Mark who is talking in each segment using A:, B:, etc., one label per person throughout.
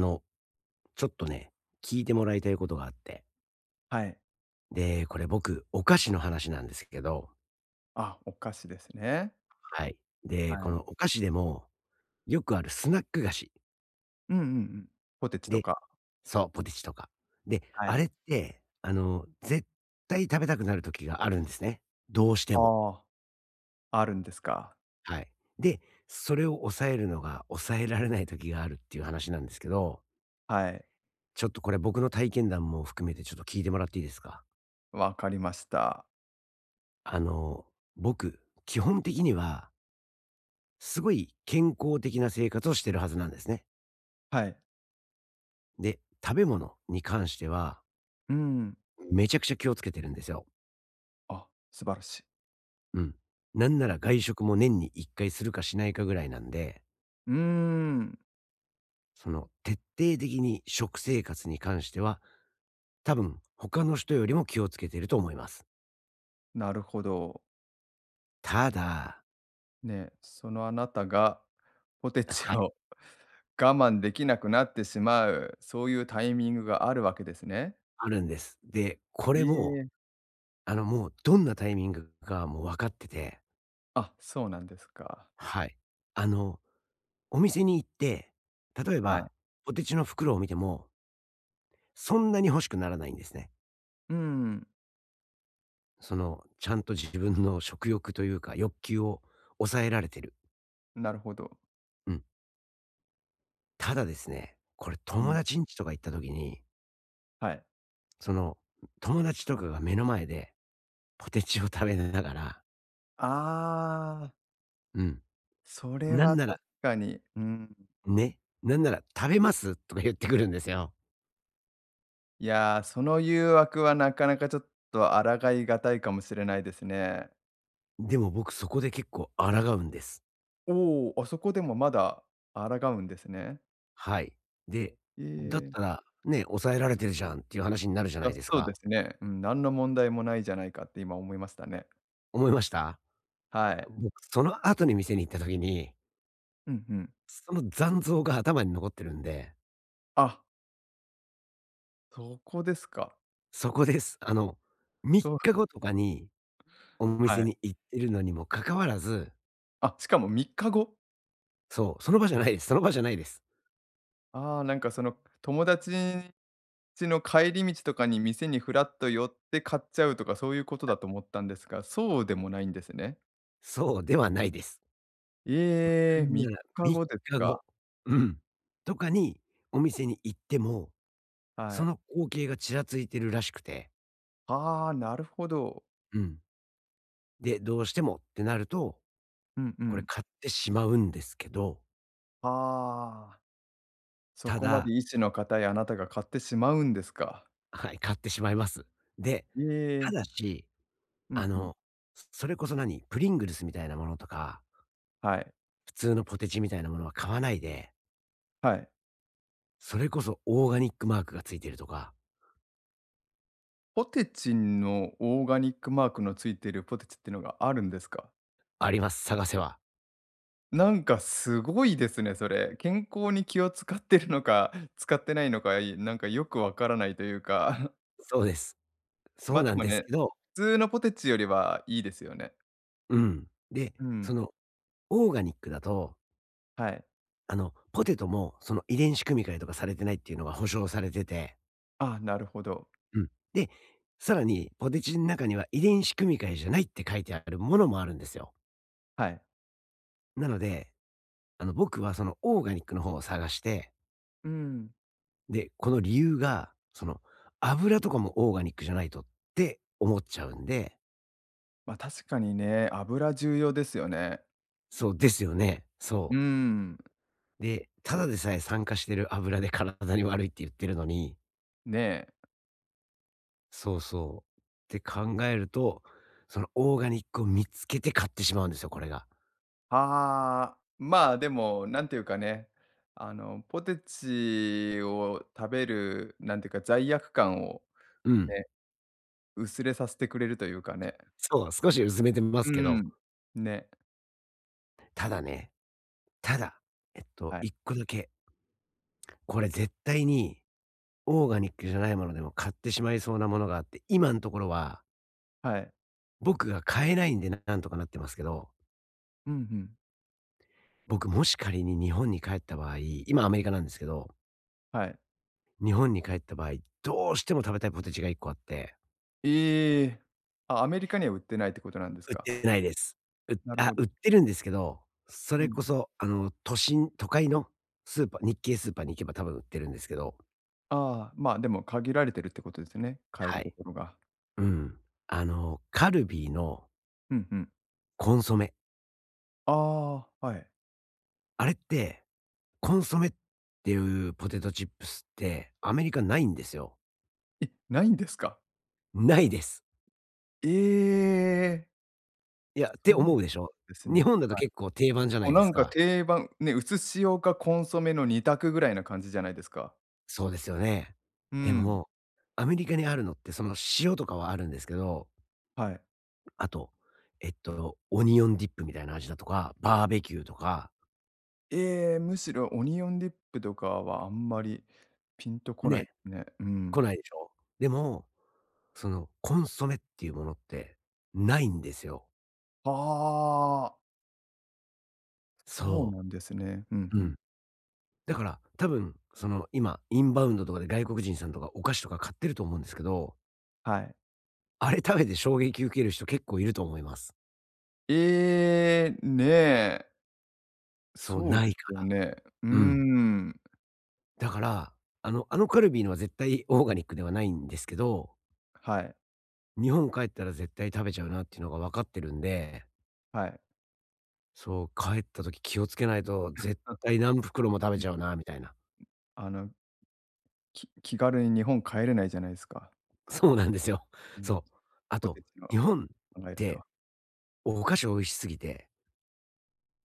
A: あの、ちょっとね、聞いてもらいたいことがあって。
B: はい。
A: で、これ僕、お菓子の話なんですけど、
B: あ、お菓子ですね。
A: はい。で、
B: は
A: こ
B: い。
A: のお菓子でも、よくあるスナック菓子。
B: うんうんうん。ポテチと
A: で、
B: か、
A: そう、ポテチとか。で、
B: は
A: あれ
B: い。
A: って、絶対食べたくなる時があるんですね。どうしても。
B: ああ、あるんですか。
A: はい。で、それを抑えるのが抑えられない時があるっていう話なんですけど、
B: はい、
A: ちょっとこれ僕の体験談も含めてちょっと聞いてもらっていいですか？
B: わかりました。
A: あの、僕、基本的にはすごい健康的な生活をしてるはずなんですね。
B: はい。
A: で、食べ物に関しては、
B: うん。
A: めちゃくちゃ気をつけてるんですよ。
B: あ、素晴らしい。
A: うん。なんなら外食も年に1回するかしないかぐらいなんで、
B: うーん、
A: その、徹底的に食生活に関しては、多分、他の人よりも気をつけてると思います。
B: なるほど。
A: ただ
B: ね、そのあなたがポテチを
A: はい、
B: 我慢できなくなってしまう、そういうタイミングがあるわけですね。
A: あるんです。で、こ
B: い
A: れ
B: えい
A: も、
B: え。
A: もうどんなタイミングかもう分かってて、
B: あ、そうなんですか。
A: はい。あの、お店に行って、例え
B: はい。
A: ばポテチの袋を見ても、そんなに欲しくならないんですね。
B: うん、
A: その、ちゃんと自分の食欲というか、欲求を抑えられてる。
B: なるほど。
A: うん。ただですね、これ
B: う
A: 友
B: ん、
A: 達ん家とか行った時に、
B: はい。
A: その、友達とかが目の前でポテチを食べながら、
B: ああ。
A: うん。
B: それ
A: なん
B: は
A: なら、
B: 確かに、うん。
A: ね、なんなら食べますとか言ってくるんですよ。
B: いやー、その誘惑はなかなかちょっと抗いがたいかもしれないですね。
A: でも僕そこで結構抗うんです。
B: おお、あそこでもまだ抗うんですね。
A: はい。で、
B: え
A: だった
B: え。
A: ら、ね、抑えられてるじゃんっていう話になるじゃ
B: い
A: な
B: や、
A: いです
B: そう
A: か。
B: ですね。うん、何の問題もないじゃないかって今思いましたね。
A: 思いました？
B: はい。
A: 僕その後に店に行った時に
B: うんうん。
A: その残像が頭に残ってるんで、
B: あ、そこですか。
A: そこです。3
B: そう、
A: 日後とかにお
B: は
A: 店
B: い。
A: に行ってるのにもかかわらず、
B: あ、しかも3日後？
A: そう、その場じゃないです。その場じゃないです。
B: ああ、なんかその友達んちの帰り道とかに店にフラッと寄って買っちゃうとか、そういうことだと思ったんですが、そうでもないんですね。
A: そうではないです。な
B: ええ、
A: ん
B: 3
A: なら
B: 日
A: 3
B: 後です
A: 日
B: か。
A: 後、うん、とかにお店に行っても、
B: は
A: そ
B: い。
A: の光景がちらついてるらしくて、
B: ああ、なるほど。
A: うん。で、どうしてもってなると、
B: うんう
A: これ
B: ん。
A: 買ってしまうんですけど、
B: ああ、そ
A: た
B: こま
A: だ
B: で意志の固いあなたが買ってしまうんですか。
A: はい、買ってしまいます。で、
B: え
A: た
B: え、
A: だし
B: う
A: あ
B: んうん。
A: の、それこそ何、プリングルスみたいなものとか、
B: はい。
A: 普通のポテチみたいなものは買わないで、
B: はい。
A: それこそオーガニックマークがついてるとか、
B: ポテチのオーガニックマークのついているポテチっていうのがあるんですか？
A: あります、探せば。
B: なんかすごいですね、それ。健康に気を使ってるのか、使ってないのか、なんかよくわからないというか。
A: そうです。そ
B: ま、
A: う
B: あで
A: なん
B: も
A: です
B: ね、
A: けど、
B: 普通のポテチよりはいいですよね。
A: うん。で、
B: う
A: そ
B: ん、
A: のオーガニックだと、
B: はい。
A: ポテトもその遺伝子組み換えとかされてないっていうのが保証されてて、
B: あ、なるほど。
A: うん。で、さらにポテチの中には遺伝子組み換えじゃないって書いてあるものもあるんですよ。
B: はい。
A: なので、僕はそのオーガニックの方を探して、
B: うん。
A: で、この理由が、その、油とかもオーガニックじゃないとって思っちゃうんで、
B: ま、あ確かにね、油重要ですよね。
A: そうですよね。
B: う
A: そ
B: ん、
A: う。で、ただでさえ酸化してる油で体に悪いって言ってるのに、
B: ねえ。
A: そうそう。って考えると、そのオーガニックを見つけて買ってしまうんですよ、これが。
B: ああ、まあ、でも、なんていうかね、あの、ポテチを食べる、なんていうか、罪悪感を
A: うん。
B: ね、薄れさせてくれるというかね。
A: そう、少し薄めてま
B: う
A: すけど、
B: ん。ね。
A: ただね、ただ、
B: はい。
A: 一個だけ、これ絶対にオーガニックじゃないものでも買ってしまいそうなものがあって、今のところは
B: はい。
A: 僕が買えないんでなんとかなってますけど、
B: うんうん。
A: 僕もし仮に日本に帰った場合、今アメリカなんですけど、
B: はい。
A: 日本に帰った場合、どうしても食べたいポテチが一個あって、
B: ええ。あ、アメリカには売ってないってことなんです
A: 売っ
B: か。
A: てないです。う
B: なる
A: あ、
B: ほど。
A: 売ってるんですけど、そ
B: う
A: れ
B: ん。
A: こそあの都心都会のスーパー日系スーパーに行けば多分売ってるんですけど、
B: ああ、まあ、でも限られてるってことですね、買える
A: は
B: と
A: い。
B: ころが。
A: うん。あのカルビーの
B: うんうん。
A: コンソメ、
B: ああ、はい。
A: あれって、コンソメっていうポテトチップスってアメリカないんですよ。
B: え、ないんですか。
A: ないです。
B: ええ、
A: いや、っ
B: そ
A: て
B: う
A: 思うでしょ？
B: です
A: 日
B: ね。
A: 本だと結構定番じゃな
B: もう
A: いで
B: な
A: す
B: んか
A: か。
B: 定番、ね、うつしかコンソメの二択ぐらいな感じじゃないですか。
A: そうですよね。
B: う
A: で
B: ん。
A: も、アメリカにあるのってその塩とかはあるんですけど、
B: はい。
A: あと、オニオンディップみたいな味だとか、バーベキューとか、
B: ええ、むしろオニオンディップとかはあんまりピンとこな
A: ね、
B: いですね。う
A: 来
B: ん。
A: ないでしょ？でも、そのコンソメっていうものってないんですよ。
B: ああ、そう
A: そ
B: なんですね。うん
A: う。う
B: うん。
A: ん。だから多分、その今、インバウンドとかで外国人さんとかお菓子とか買ってると思うんですけど、
B: はい。
A: あれ食べて衝撃受ける人結構いると思います。
B: ええ、ねえ、
A: そう、
B: そう
A: な
B: で
A: い
B: す
A: か
B: よ
A: ら。
B: ね。うー
A: うん。
B: ん。
A: だから、あのカルビーのは絶対オーガニックではないんですけど、
B: はい、
A: 日本帰ったら絶対食べちゃうなっていうのが分かってるんで、
B: はい。
A: そう、帰った時気をつけないと絶
B: あ、
A: 対何
B: そ
A: 袋
B: うで
A: も食
B: す
A: べ
B: ね。
A: ちゃうなみたいな。
B: あの、気軽に日本帰れないじゃないですか。
A: そうなんですよ。
B: うん、
A: そう。あ
B: ポ
A: と、
B: テチの
A: 日本っ
B: 考えると。
A: てお菓子美味しすぎて、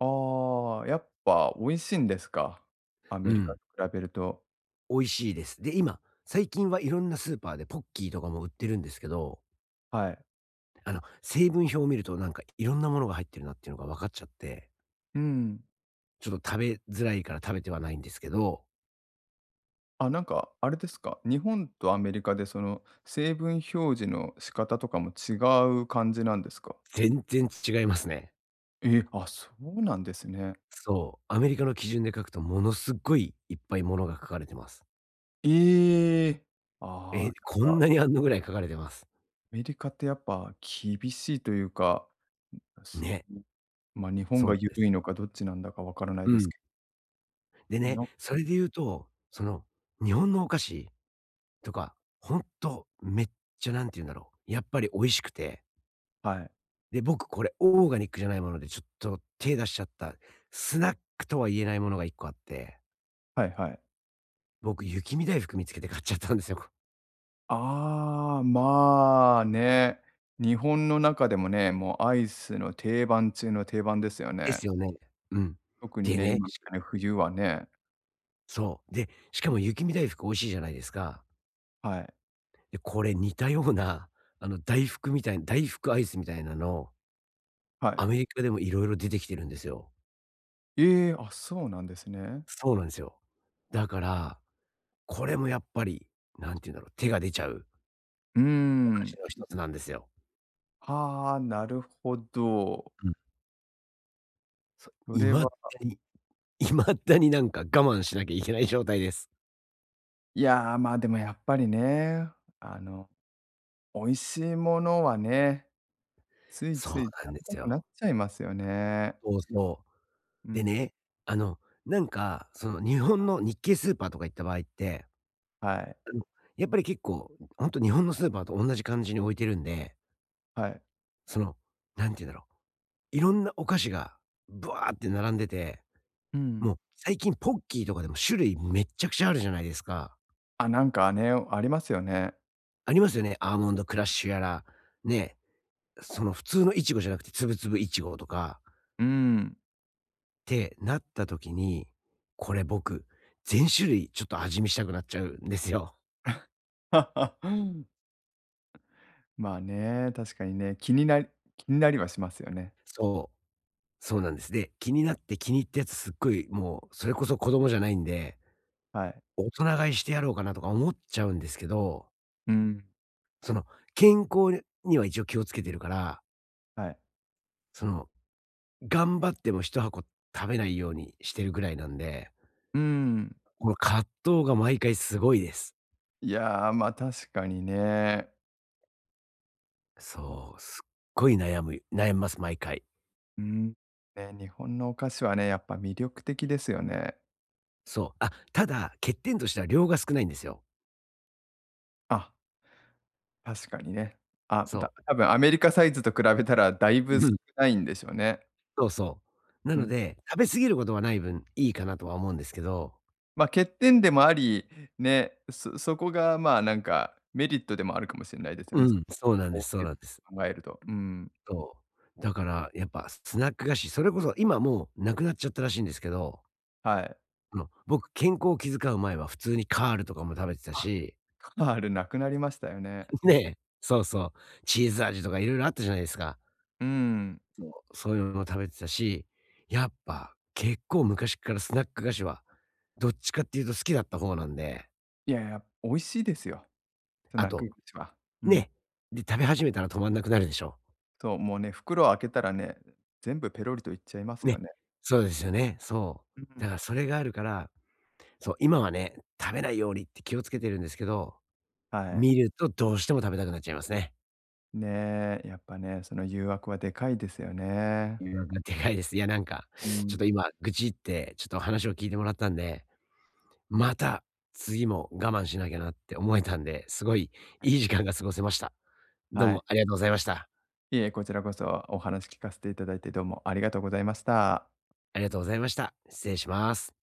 B: ああ、やっぱ美味しいんですか？ア
A: う
B: メリカ
A: ん、
B: と比べると。
A: 美味しいです。で、今、最近はいろんなスーパーでポッキーとかも売ってるんですけど、
B: はい。
A: 成分表を見るとなんかいろんなものが入ってるなっていうのが分かっちゃって
B: うん。
A: ちょっと食べづらいから食べてはないんですけど、
B: あ、なんかあれですか、日本とアメリカでその成分表示の仕方とかも違う感じなんですか？
A: 全然違いますね。
B: え、あ、そうなんですね。
A: そう、アメリカの基準で書くとものすっごいいっぱいものが書かれてます。
B: ええ。ああ、な
A: え、
B: ん
A: こん
B: か、
A: なにあんのぐらい書かれてます。
B: アメリカってやっぱ厳しいというか、す
A: ね、
B: ん、ま、日本
A: そう
B: が
A: なん
B: 緩
A: で
B: い
A: す。
B: のかどっちなんだかわからない
A: う
B: です
A: ん。
B: け
A: でね、
B: の
A: それで言うと、その、日本のお菓子とか、ほんとめっちゃなんて言うんだろう、やっぱり美味しくて、
B: はい。
A: で、僕これオーガニックじゃないものでちょっと手出しちゃった、スナックとは言えないものが一個あって、
B: はいはい。
A: 僕雪見大福見つけて買っちゃったんですよ。
B: ああ、まあ、ね。日本の中でもね、もうアイスの定番中の定番ですよ
A: で
B: ね。
A: すよね。うん。
B: 特に
A: で
B: ね、
A: ね、
B: 今み
A: し
B: たいな冬はね。
A: そう。で、しかも雪見大福美味しいじゃないですか。
B: はい。
A: で、これ似たような、大福みたい大福アイスみたいなの、
B: はい。
A: アメリカでも色々出てきてるんですよ。
B: ええ、あ、そうなんですね。
A: そうなんですよ。だから、これもやっぱり、何て言うんだろう、手が出ちゃう
B: うー
A: お菓子
B: ん。
A: の一つなんですよ。
B: はあ、なるほど。
A: うん。そう、
B: それは、
A: に未だになんか我慢しなきゃいけない状態です。
B: いやー、まあ、でもやっぱりね、あの、美味しいものはね、つい
A: そ
B: つ
A: う
B: い食
A: なんで
B: べた
A: す
B: くなっ
A: よ。
B: ちゃいますよね。
A: そうそ
B: う
A: う。で
B: ん、
A: ね、あの、なんか、その日本の日系スーパーとか行った場合って、
B: はい、
A: あの、やっぱり結構、ほんと日本のスーパーと同じ感じに置いてるんで、
B: はい。
A: その、なんて言うんだろう、いろんなお菓子がブワーって並んでて、
B: うん。
A: もう最近ポッキーとかでも種類めっちゃくちゃあるじゃないですか。
B: あ、なんかね、ありますよね。
A: ありますよね、アーモンドクラッシュやら、ね、その普通のいちごじゃなくてつぶつぶいちごとかっ
B: うん。
A: てなった時に、これ僕、全種類ちょっと味見したくなっちゃうんですよ。
B: うん、まあね、確かにね、気になりはしますよね。
A: そう。そうなんです。で、気になって気に入ったやつすっごいもうそれこそ子供じゃないんで、
B: はい。
A: 大人買いしてやろうかなとか思っちゃうんですけど、
B: うん、
A: その健康には一応気をつけてるから、
B: はい。
A: その頑張っても一箱食べないようにしてるぐらいなんで、
B: うん。
A: この葛藤が毎回すごいです。
B: いやー、まあ、確かにね。お、
A: そう、すっごい悩みます、毎回。
B: うん。ね、日本のお菓子はね、やっぱ魅力的ですよね。
A: そう。あ、ただ、欠点としては量が少ないんですよ。
B: あ、確かにね。あ、
A: そ
B: 多分アメリカサイズと比べたらだいぶ
A: う。
B: 少
A: うん、
B: ないんでしょうね。
A: そうそう。な
B: う
A: の
B: ん。
A: で、食べ過ぎることはない分、いいかなとは思うんですけど
B: ま、欠点でもあり、ね、そこがまあ、なんかメリットでもあるかもしれないですよ
A: う
B: ね。そ
A: ん、そうなんで
B: こ
A: すそう
B: う、
A: なんです。
B: 考えると。うん、
A: そう。だから、やっぱスナック菓子、それこそ今もうなくなっちゃったらしいんですけど、
B: はい。
A: 僕、健康を気遣う前は普通にカールとかも食べてた
B: あ、
A: し、
B: カナールなくなりましたよね。
A: ねえ、そうそう、チーズ味とか色々あったじゃないですか。
B: うん。
A: そういうのも食べてたし、やっぱ結構昔からスナック菓子は、どっちかっていうと好きだった方なんで、
B: いやいや、美味しいですよ、ス
A: あ
B: ナック
A: と、
B: 菓子は。うん。
A: ね、で、食べ始めたら止まんなくなるでしょ。
B: そう、もうね、袋を開けたらね、全部ペロリといっちゃいます
A: ね、
B: よね。
A: そうですよね、そ
B: う
A: う。
B: ん。
A: だからそれがあるから、そう、今はね、食べないようにって気をつけてるんですけど、
B: はい。
A: 見るとどうしても食べたくなっちゃいますね。
B: ね、やっぱね、その誘惑はでかいですよね。
A: 誘惑がでかいです。いや、なんか、
B: う
A: ちょ
B: ん、
A: っと今愚痴って、ちょっと話を聞いてもらったんで、また次も我慢しなきゃなって思えたんで、すごいいい時間が過ごせました。どう
B: はい。
A: もありがとうございました。
B: いえ、こちらこそお話聞かせていただいてどうもありがとうございました。
A: ありがとうございました。失礼します。